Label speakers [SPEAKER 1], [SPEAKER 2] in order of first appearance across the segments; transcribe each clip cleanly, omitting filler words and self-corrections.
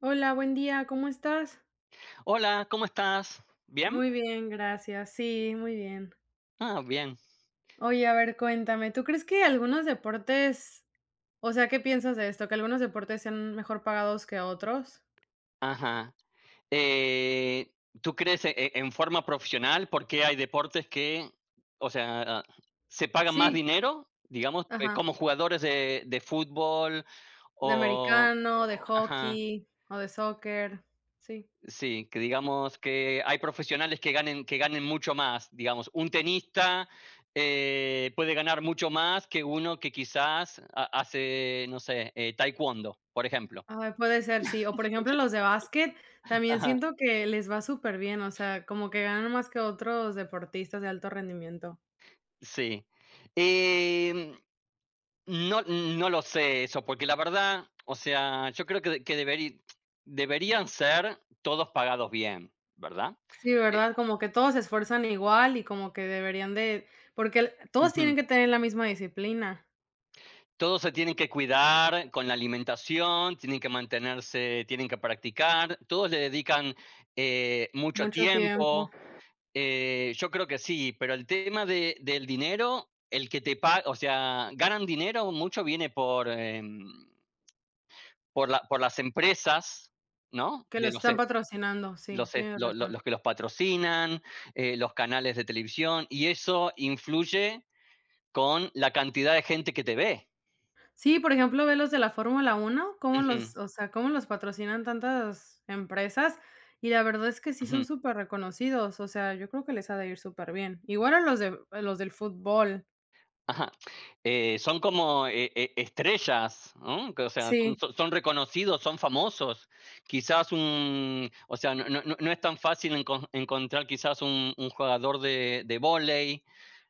[SPEAKER 1] Hola, buen día, ¿cómo estás?
[SPEAKER 2] Hola, ¿cómo estás? ¿Bien?
[SPEAKER 1] Muy bien, gracias. Sí, muy bien.
[SPEAKER 2] Ah, bien.
[SPEAKER 1] Oye, a ver, cuéntame, ¿tú crees que algunos deportes, o sea, qué piensas de esto? ¿Que algunos deportes sean mejor pagados que otros?
[SPEAKER 2] Ajá. Eh, ¿Tú crees en forma profesional por qué hay deportes que, o sea, se pagan más
[SPEAKER 1] Sí,
[SPEAKER 2] dinero, digamos,
[SPEAKER 1] ajá.
[SPEAKER 2] como jugadores de, fútbol
[SPEAKER 1] De
[SPEAKER 2] o,
[SPEAKER 1] americano, de
[SPEAKER 2] ajá,
[SPEAKER 1] hockey o de soccer. Sí.
[SPEAKER 2] sí, que digamos que hay profesionales que ganen mucho más, digamos, un tenista puede ganar mucho más que uno que quizás hace, no sé, taekwondo, por ejemplo.
[SPEAKER 1] Ay, puede ser, sí. O por ejemplo, los de básquet, también siento que les va súper bien, o sea, como que ganan más que otros deportistas de alto rendimiento.
[SPEAKER 2] Sí. Em, no no lo sé eso, porque la verdad, o sea, yo creo que deberi deberían ser todos pagados bien, ¿verdad?
[SPEAKER 1] Sí,
[SPEAKER 2] Eh
[SPEAKER 1] ¿verdad? Como que todos se esfuerzan igual y como que deberían de porque el todos
[SPEAKER 2] Ujú.
[SPEAKER 1] tienen que tener la misma disciplina,
[SPEAKER 2] Todos se tienen que cuidar con la alimentación, tienen que mantenerse, tienen que practicar, todos le dedican, mucho
[SPEAKER 1] mucho
[SPEAKER 2] tiempo.
[SPEAKER 1] tiempo,
[SPEAKER 2] Yo creo que sí, pero el tema de del dinero, el que te paga, o sea, ganan dinero, mucho viene por, por las empresas, ¿no?
[SPEAKER 1] que
[SPEAKER 2] De
[SPEAKER 1] los
[SPEAKER 2] los, e,
[SPEAKER 1] están patrocinando, sí,
[SPEAKER 2] los, e,
[SPEAKER 1] tienes
[SPEAKER 2] lo-
[SPEAKER 1] razón.
[SPEAKER 2] los que los patrocinan, los canales de televisión, y eso influye con la cantidad de gente que te ve.
[SPEAKER 1] Sí, por ejemplo, ve los de la Fórmula 1 cómo
[SPEAKER 2] Ujú,
[SPEAKER 1] los, o sea, cómo los patrocinan tantas empresas, y la verdad es que sí son
[SPEAKER 2] ujú,
[SPEAKER 1] súper reconocidos, o sea, yo creo que les ha de ir súper bien. Igual a los del fútbol.
[SPEAKER 2] ajá. Son como estrellas, ¿no? Que, o sea, son,
[SPEAKER 1] Sí.
[SPEAKER 2] son reconocidos, son famosos. Quizás o sea, no es tan fácil encontrar quizás un, jugador de vóley,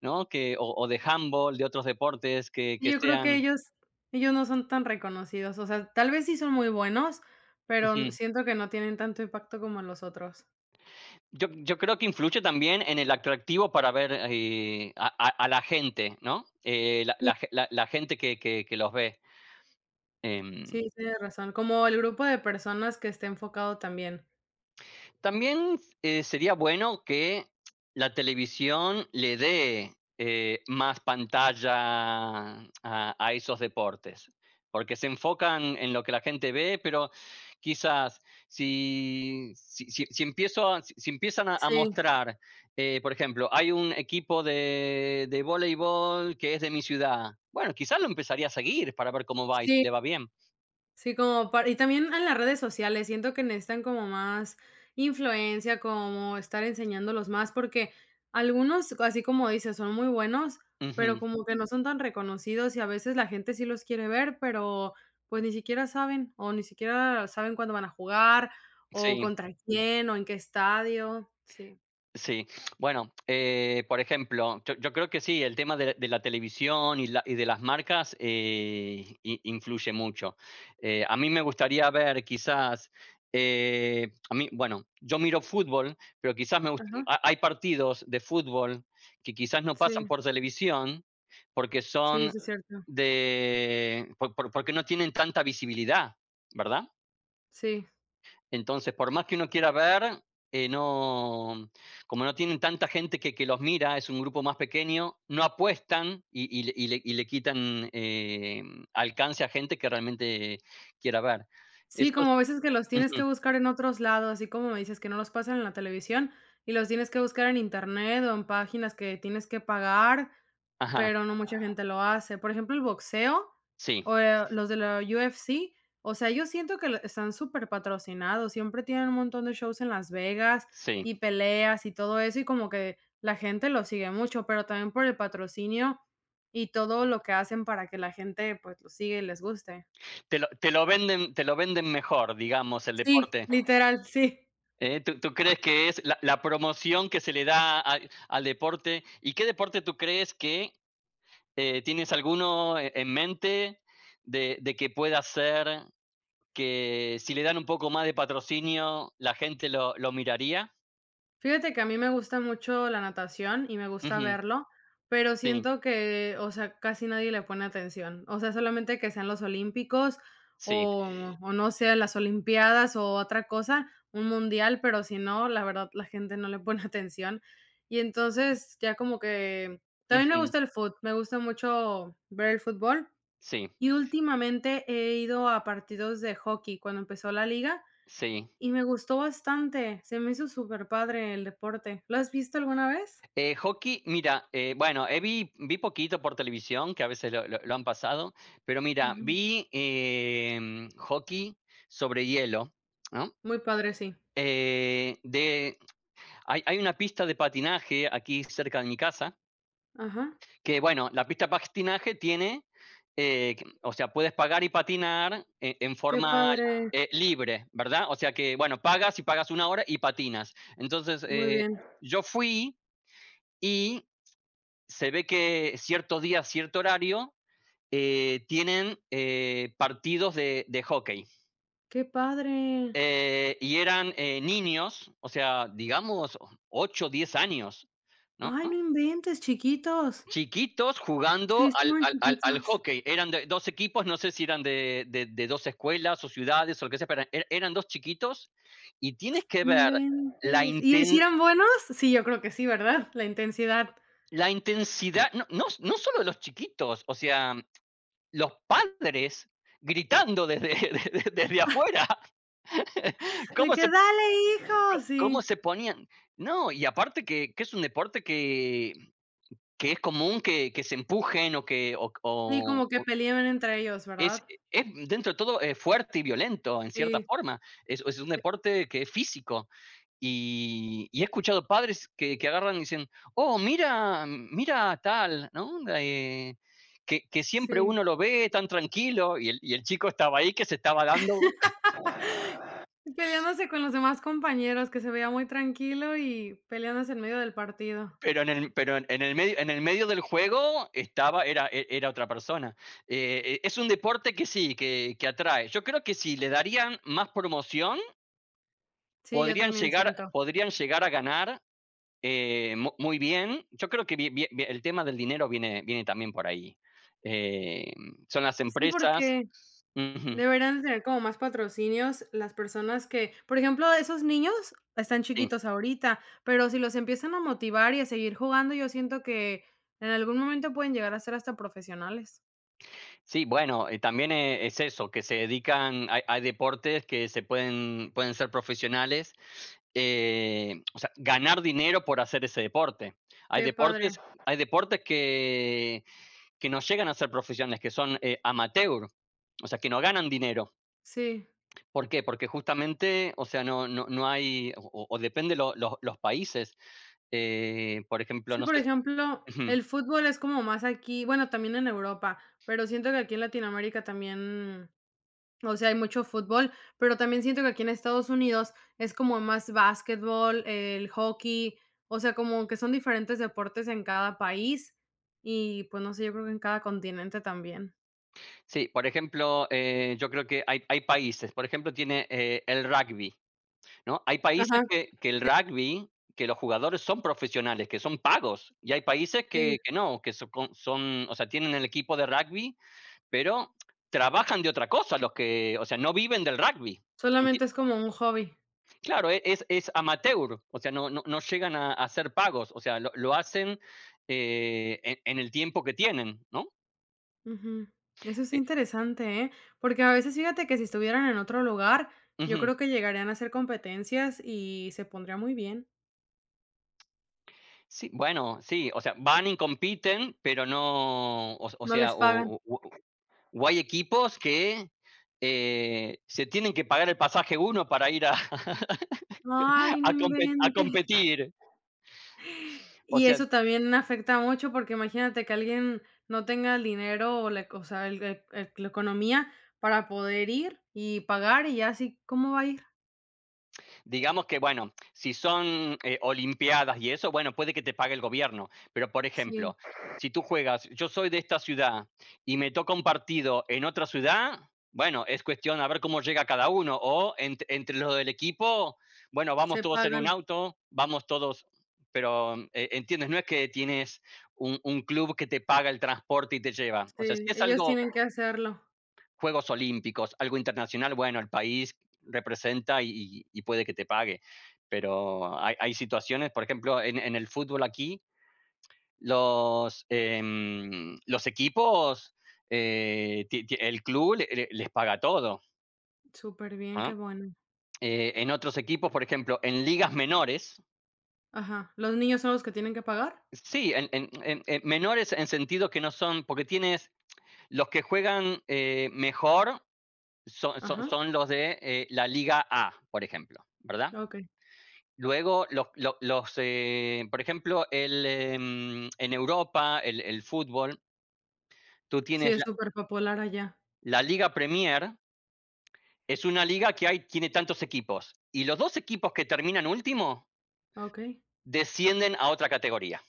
[SPEAKER 2] ¿no? Que, o de handball, de otros deportes que
[SPEAKER 1] Yo creo
[SPEAKER 2] sean...
[SPEAKER 1] que ellos no son tan reconocidos, o sea, tal vez sí son muy buenos, pero siento que no tienen tanto impacto como los otros.
[SPEAKER 2] Yo creo que influye también en el atractivo para ver, a la gente, ¿no? La
[SPEAKER 1] Sí.
[SPEAKER 2] la ge la la gente que los ve, em
[SPEAKER 1] Sí, tienes razón, como el grupo de personas que esté enfocado también.
[SPEAKER 2] También sería bueno que la televisión le dé más pantalla a, a, esos deportes, porque se enfocan en lo que la gente ve, pero quizás si empiezan a,
[SPEAKER 1] Sí,
[SPEAKER 2] mostrar, por ejemplo, hay un equipo de voleibol que es de mi ciudad, bueno, quizás lo empezaría a seguir para ver cómo va y si
[SPEAKER 1] sí.
[SPEAKER 2] le va bien.
[SPEAKER 1] Sí, como para y también en las redes sociales, siento que necesitan como más influencia, como estar enseñándolos más, porque algunos, así como dices, son muy buenos, pero
[SPEAKER 2] Ujú,
[SPEAKER 1] como que no son tan reconocidos y a veces la gente sí los quiere ver, pero pues ni siquiera saben, o ni siquiera saben cuándo van a jugar, o
[SPEAKER 2] sí.
[SPEAKER 1] contra quién, o en qué estadio. Sí,
[SPEAKER 2] Sí, bueno, por ejemplo, yo, creo que sí, el tema de, la televisión y de las marcas influye mucho. A mí me gustaría ver quizás, a mí, bueno, yo miro fútbol, pero quizás
[SPEAKER 1] ajá,
[SPEAKER 2] hay partidos de fútbol que quizás no pasan
[SPEAKER 1] sí,
[SPEAKER 2] por televisión porque
[SPEAKER 1] sí,
[SPEAKER 2] son
[SPEAKER 1] sí es cierto,
[SPEAKER 2] porque no tienen tanta visibilidad, ¿verdad?
[SPEAKER 1] sí.
[SPEAKER 2] Entonces, por más que uno quiera ver, no, como no tienen tanta gente que los mira, es un grupo más pequeño, no apuestan y, y le quitan alcance a gente que realmente quiera ver.
[SPEAKER 1] Sí,
[SPEAKER 2] Eso es-
[SPEAKER 1] como a veces que los tienes que
[SPEAKER 2] ujú,
[SPEAKER 1] buscar en otros lados, así como me dices que no los pasan en la televisión y los tienes que buscar en internet o en páginas que tienes que pagar,
[SPEAKER 2] ajá,
[SPEAKER 1] pero no mucha gente lo hace. Por ejemplo, el boxeo
[SPEAKER 2] sí,
[SPEAKER 1] o, los de la UFC, o sea, yo siento que están súper patrocinados, siempre tienen un montón de shows en Las Vegas
[SPEAKER 2] sí.
[SPEAKER 1] y peleas y todo eso y como que la gente lo sigue mucho, pero también por el patrocinio y todo lo que hacen para que la gente pues lo siga y les guste.
[SPEAKER 2] Te lo venden mejor, digamos, el
[SPEAKER 1] Sí,
[SPEAKER 2] deporte.
[SPEAKER 1] literal, sí.
[SPEAKER 2] ¿Eh? ¿Tú crees que es la promoción que se le da al deporte? ¿Y qué deporte tú crees que tienes alguno en mente de, que pueda ser que si le dan un poco más de patrocinio, la gente lo miraría?
[SPEAKER 1] Fíjate que a mí me gusta mucho la natación y me gusta
[SPEAKER 2] Ujú,
[SPEAKER 1] verlo, pero
[SPEAKER 2] sí,
[SPEAKER 1] siento que, o sea, casi nadie le pone atención. O sea, solamente que sean los olímpicos
[SPEAKER 2] sí,
[SPEAKER 1] o, o no sé, las olimpiadas o otra cosa, un mundial, pero si no, la verdad, la gente no le pone atención. Y entonces ya como que también me
[SPEAKER 2] ujú,
[SPEAKER 1] gusta el fútbol, me gusta mucho ver el fútbol.
[SPEAKER 2] sí,
[SPEAKER 1] Y últimamente he ido a partidos de hockey cuando empezó la liga
[SPEAKER 2] sí.
[SPEAKER 1] y me gustó bastante, se me hizo súper padre el deporte, ¿lo has visto alguna vez?
[SPEAKER 2] Hockey, mira, bueno, vi poquito por televisión, que a veces lo han pasado, pero mira,
[SPEAKER 1] Ujú,
[SPEAKER 2] vi hockey sobre hielo, ¿no?
[SPEAKER 1] muy padre, sí.
[SPEAKER 2] Eh, de, hay una pista de patinaje aquí cerca de mi casa,
[SPEAKER 1] Ajá,
[SPEAKER 2] que bueno, la pista de patinaje tiene, o sea, puedes pagar y patinar en
[SPEAKER 1] qué
[SPEAKER 2] forma
[SPEAKER 1] padre,
[SPEAKER 2] libre, ¿verdad? O sea que, bueno, pagas una hora y patinas. Entonces,
[SPEAKER 1] muy bien,
[SPEAKER 2] yo fui y se ve que cierto día, cierto horario, tienen partidos de hockey.
[SPEAKER 1] qué padre.
[SPEAKER 2] Y eran niños, o sea, digamos, 8 10 años, ¿no?
[SPEAKER 1] Ay, no inventes, chiquitos.
[SPEAKER 2] Chiquitos
[SPEAKER 1] Sí,
[SPEAKER 2] jugando al
[SPEAKER 1] estaban
[SPEAKER 2] al al al
[SPEAKER 1] chiquitos,
[SPEAKER 2] hockey. Eran de 2 equipos, no sé si eran de 2 escuelas o ciudades o lo que sea, pero er eran 2 chiquitos y tienes que
[SPEAKER 1] no
[SPEAKER 2] ver la
[SPEAKER 1] inventes. ¿Y sí
[SPEAKER 2] inten
[SPEAKER 1] eran buenos? Sí, yo creo que sí, ¿verdad? La intensidad.
[SPEAKER 2] la intensidad, no solo de los chiquitos, o sea, los padres gritando desde desde afuera.
[SPEAKER 1] De
[SPEAKER 2] Cómo
[SPEAKER 1] que:
[SPEAKER 2] se
[SPEAKER 1] "Dale, hijo",
[SPEAKER 2] cómo
[SPEAKER 1] sí.
[SPEAKER 2] se ponían. No, y aparte que es un deporte que es común que se empujen o que
[SPEAKER 1] Y como que
[SPEAKER 2] o
[SPEAKER 1] peleaban entre ellos, ¿verdad?
[SPEAKER 2] Es dentro de todo, fuerte y violento en cierta
[SPEAKER 1] Sí,
[SPEAKER 2] forma. Es un deporte que es físico, y he escuchado padres que agarran y dicen: "Oh, mira a tal", ¿no? Que siempre
[SPEAKER 1] sí.
[SPEAKER 2] uno lo ve tan tranquilo, y el chico estaba ahí que se estaba dando,
[SPEAKER 1] Y peleándose con los demás compañeros, que se veía muy tranquilo y peleándose en medio del partido.
[SPEAKER 2] pero en el medio del juego estaba era e era otra persona. Es un deporte que sí, que atrae. Yo creo que si le darían más promoción,
[SPEAKER 1] Sí, yo
[SPEAKER 2] podrían
[SPEAKER 1] también
[SPEAKER 2] llegar
[SPEAKER 1] siento.
[SPEAKER 2] podrían llegar a ganar. Muy bien. Yo creo que el tema del dinero viene, también por ahí. Eh, son las
[SPEAKER 1] Sí,
[SPEAKER 2] empresas.
[SPEAKER 1] porque
[SPEAKER 2] Ujú,
[SPEAKER 1] deberían de tener como más patrocinios las personas que, por ejemplo, esos niños están
[SPEAKER 2] sí.
[SPEAKER 1] chiquitos ahorita, pero si los empiezan a motivar y a seguir jugando, yo siento que en algún momento pueden llegar a ser hasta profesionales.
[SPEAKER 2] Sí, bueno, también es eso, que se dedican, hay deportes que pueden ser profesionales, o sea, ganar dinero por hacer ese deporte. Hay
[SPEAKER 1] Qué
[SPEAKER 2] deportes,
[SPEAKER 1] padre.
[SPEAKER 2] hay deportes que no llegan a ser profesionales, que son amateur, o sea, que no ganan dinero.
[SPEAKER 1] Sí.
[SPEAKER 2] ¿Por qué? Porque justamente, o sea, no hay, o depende los países. Por ejemplo,
[SPEAKER 1] Sí,
[SPEAKER 2] no
[SPEAKER 1] por
[SPEAKER 2] sé.
[SPEAKER 1] ejemplo,
[SPEAKER 2] Ujú.
[SPEAKER 1] el fútbol es como más aquí, bueno, también en Europa, pero siento que aquí en Latinoamérica también. O sea, hay mucho fútbol, pero también siento que aquí en Estados Unidos es como más basquetbol, el hockey, o sea, como que son diferentes deportes en cada país y, pues, no sé, yo creo que en cada continente también.
[SPEAKER 2] Sí, por ejemplo, yo creo que hay países. Por ejemplo, tiene el rugby, ¿no? Hay
[SPEAKER 1] Ajá,
[SPEAKER 2] países que el rugby, que los jugadores son profesionales, que son pagos. Y hay países
[SPEAKER 1] sí.
[SPEAKER 2] que no, que son, o sea, tienen el equipo de rugby, pero trabajan de otra cosa los que, o sea, no viven del rugby.
[SPEAKER 1] Solamente es como un hobby.
[SPEAKER 2] Claro, es amateur, o sea, no llegan a, hacer pagos, o sea, lo, hacen en el tiempo que tienen, ¿no?
[SPEAKER 1] Ujú. Eso es
[SPEAKER 2] Eh,
[SPEAKER 1] interesante, ¿eh? Porque a veces fíjate que si estuvieran en otro lugar, yo
[SPEAKER 2] ujú.
[SPEAKER 1] creo que llegarían a hacer competencias y se pondría muy bien.
[SPEAKER 2] Sí, bueno, sí, o sea, van y compiten, pero no, o, o
[SPEAKER 1] No
[SPEAKER 2] sea,
[SPEAKER 1] les pagan.
[SPEAKER 2] o, o- o hay equipos que se tienen que pagar el pasaje uno para ir a,
[SPEAKER 1] Ay, no
[SPEAKER 2] a
[SPEAKER 1] inventes.
[SPEAKER 2] competir, o
[SPEAKER 1] Y
[SPEAKER 2] sea,
[SPEAKER 1] eso también afecta mucho, porque imagínate que alguien no tenga el dinero o la o sea, el la economía para poder ir y pagar, y ya sí, ¿cómo va a ir?
[SPEAKER 2] digamos que, bueno, si son Olimpiadas y eso, bueno, puede que te pague el gobierno. Pero, por
[SPEAKER 1] Sí,
[SPEAKER 2] ejemplo, si tú juegas, yo soy de esta ciudad y me toca un partido en otra ciudad, bueno, es cuestión a ver cómo llega cada uno. O entre los del equipo, bueno, vamos
[SPEAKER 1] se
[SPEAKER 2] todos en un
[SPEAKER 1] pagan.
[SPEAKER 2] auto, vamos todos. Pero, ¿entiendes? No es que tienes un, club que te paga el transporte y te lleva. O sea, si
[SPEAKER 1] Sí,
[SPEAKER 2] es
[SPEAKER 1] ellos
[SPEAKER 2] algo
[SPEAKER 1] tienen que hacerlo.
[SPEAKER 2] Juegos Olímpicos, algo internacional, bueno, el país representa y, puede que te pague, pero hay situaciones, por ejemplo, en el fútbol aquí, los equipos, el club les paga todo.
[SPEAKER 1] Súper bien, qué
[SPEAKER 2] ¿Ah?
[SPEAKER 1] bueno.
[SPEAKER 2] En otros equipos, por ejemplo, en ligas menores,
[SPEAKER 1] Ajá, ¿los niños son los que tienen que pagar?
[SPEAKER 2] sí, en menores en sentido que no son, porque tienes los que juegan mejor son, son-
[SPEAKER 1] Ajá,
[SPEAKER 2] son los de la Liga A, por ejemplo, ¿verdad?
[SPEAKER 1] okey.
[SPEAKER 2] Luego, por ejemplo, en Europa, el fútbol, tú
[SPEAKER 1] Sí,
[SPEAKER 2] tienes
[SPEAKER 1] es
[SPEAKER 2] la,
[SPEAKER 1] súper popular allá.
[SPEAKER 2] la Liga Premier, es una liga que hay, tiene tantos equipos. Y los dos equipos que terminan último
[SPEAKER 1] Okey.
[SPEAKER 2] descienden a otra categoría.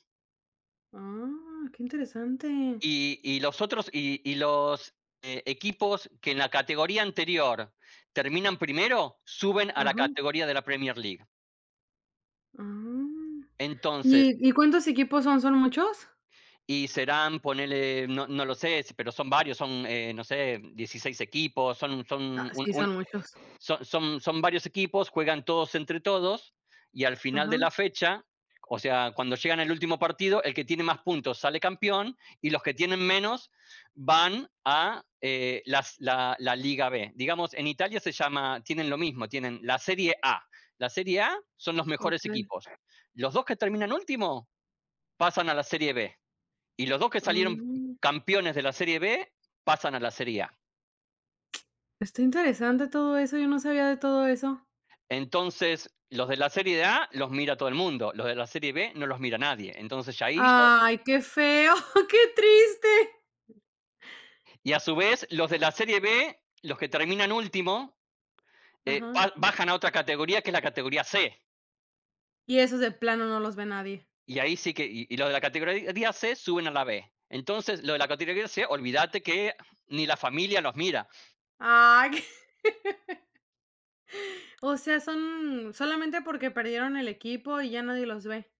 [SPEAKER 1] Ah, qué interesante.
[SPEAKER 2] Y los otros, y los equipos que en la categoría anterior terminan primero, suben a la
[SPEAKER 1] Ajá.
[SPEAKER 2] categoría de la Premier League.
[SPEAKER 1] Ah.
[SPEAKER 2] Entonces,
[SPEAKER 1] Y cuántos equipos son? ¿Son muchos?
[SPEAKER 2] y serán, ponele, no, no lo sé, si, pero son varios, no sé, 16 equipos, son,
[SPEAKER 1] Ah,
[SPEAKER 2] son,
[SPEAKER 1] sí,
[SPEAKER 2] un-
[SPEAKER 1] son muchos.
[SPEAKER 2] son, son, son varios equipos, juegan todos entre todos y al final
[SPEAKER 1] Ajá,
[SPEAKER 2] de la fecha, o sea, cuando llegan al último partido, el que tiene más puntos sale campeón y los que tienen menos van a la Liga B. Digamos, en Italia se llama, tienen lo mismo, tienen la Serie A. La Serie A son los mejores
[SPEAKER 1] okey.
[SPEAKER 2] equipos. Los dos que terminan último pasan a la Serie B. Y los dos que salieron
[SPEAKER 1] Ah,
[SPEAKER 2] campeones de la Serie B pasan a la Serie A.
[SPEAKER 1] está interesante todo eso, yo no sabía de todo eso.
[SPEAKER 2] Entonces, los de la Serie A los mira todo el mundo, los de la Serie B no los mira nadie. Entonces, ya ahí,
[SPEAKER 1] Ay, qué feo, qué triste.
[SPEAKER 2] y a su vez, los de la Serie B, los que terminan último, eh,
[SPEAKER 1] Ajá.
[SPEAKER 2] bajan a otra categoría que es la categoría C.
[SPEAKER 1] Y esos de plano no los ve nadie.
[SPEAKER 2] Y ahí sí que, y los de la categoría C suben a la B. Entonces, los de la categoría C, olvídate que ni la familia los mira.
[SPEAKER 1] Ay, o sea, son solamente porque perdieron el equipo y ya nadie los ve.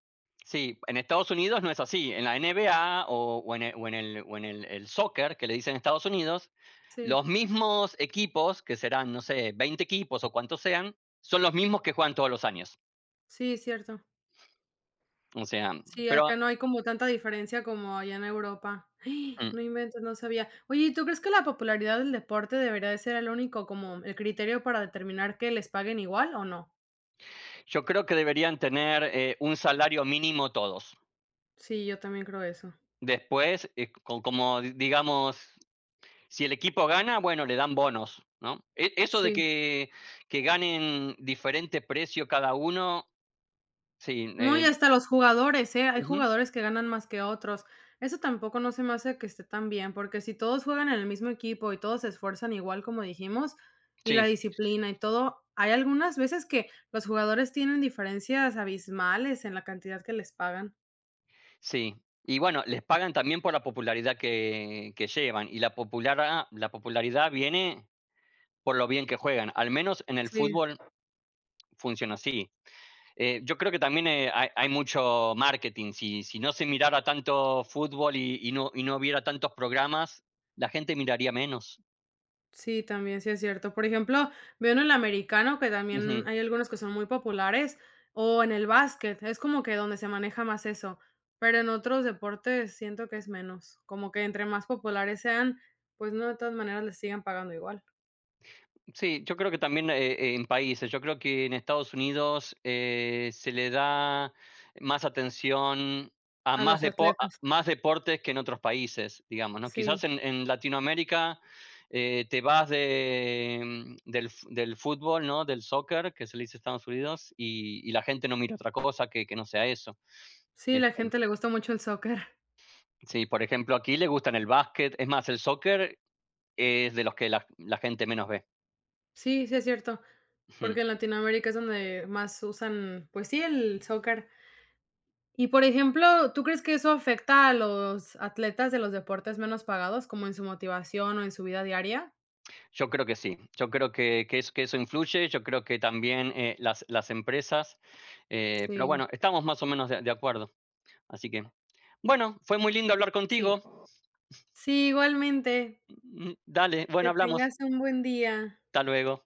[SPEAKER 2] Sí, en Estados Unidos no es así. En la NBA o en, el o en el, o en el soccer, que le dicen en Estados Unidos,
[SPEAKER 1] Sí,
[SPEAKER 2] los mismos equipos, que serán, no sé, 20 equipos o cuantos sean, son los mismos que juegan todos los años.
[SPEAKER 1] sí, cierto.
[SPEAKER 2] O sea,
[SPEAKER 1] Sí,
[SPEAKER 2] pero
[SPEAKER 1] acá no hay como tanta diferencia como allá en Europa.
[SPEAKER 2] mm,
[SPEAKER 1] No inventes, no sabía. Oye, ¿y tú crees que la popularidad del deporte debería de ser el único como el criterio para determinar que les paguen igual o no?
[SPEAKER 2] yo creo que deberían tener un salario mínimo todos.
[SPEAKER 1] Sí, yo también creo eso.
[SPEAKER 2] Después, como digamos, si el equipo gana, bueno, le dan bonos, ¿no? Eso de
[SPEAKER 1] Sí.
[SPEAKER 2] que ganen diferente precio cada uno, sí,
[SPEAKER 1] No, y hasta los jugadores, ¿eh? Hay
[SPEAKER 2] ujú,
[SPEAKER 1] jugadores que ganan más que otros. Eso tampoco no se me hace que esté tan bien, porque si todos juegan en el mismo equipo y todos se esfuerzan igual, como dijimos, y la
[SPEAKER 2] sí.
[SPEAKER 1] disciplina y todo, hay algunas veces que los jugadores tienen diferencias abismales en la cantidad que les pagan.
[SPEAKER 2] Sí. Y bueno, les pagan también por la popularidad que llevan. Y la popularidad viene por lo bien que juegan. Al menos en el
[SPEAKER 1] Sí.
[SPEAKER 2] fútbol funciona así. Yo creo que también hay mucho marketing. Si no se mirara tanto fútbol y no hubiera tantos programas, la gente miraría menos.
[SPEAKER 1] Sí, también sí es cierto. Por ejemplo, veo en el americano que también hay algunos que son muy populares, o en el básquet, es como que donde se maneja más eso, pero en otros deportes siento que es menos, como que entre más populares sean, pues no, de todas maneras les sigan pagando igual
[SPEAKER 2] Sí, yo creo que también en países, yo creo que en Estados Unidos se le da más atención a
[SPEAKER 1] a
[SPEAKER 2] más,
[SPEAKER 1] los
[SPEAKER 2] depo- a
[SPEAKER 1] atletas.
[SPEAKER 2] más deportes que en otros países, digamos, ¿no?
[SPEAKER 1] Sí,
[SPEAKER 2] Quizás en, Latinoamérica te vas de, mm, del, f- del fútbol, ¿no? Del soccer, que se le dice Estados Unidos, y la gente no mira otra cosa que no sea eso.
[SPEAKER 1] sí, la
[SPEAKER 2] Este,
[SPEAKER 1] gente le gusta mucho el soccer.
[SPEAKER 2] sí, por ejemplo, aquí le gustan el básquet, es más, el soccer es de los que la gente menos ve.
[SPEAKER 1] Sí, sí es cierto, porque en Latinoamérica es donde más usan, pues sí, el soccer. Y, por ejemplo, ¿tú crees que eso afecta a los atletas de los deportes menos pagados, como en su motivación o en su vida diaria?
[SPEAKER 2] Yo creo que sí, yo creo que, que eso influye, yo creo que también las empresas, pero
[SPEAKER 1] Sí,
[SPEAKER 2] bueno, estamos más o menos de, acuerdo. Así que, bueno, fue muy lindo hablar
[SPEAKER 1] sí.
[SPEAKER 2] contigo.
[SPEAKER 1] Sí, igualmente.
[SPEAKER 2] Mm, dale,
[SPEAKER 1] Que
[SPEAKER 2] bueno, hablamos.
[SPEAKER 1] tengas un buen día.
[SPEAKER 2] Hasta luego.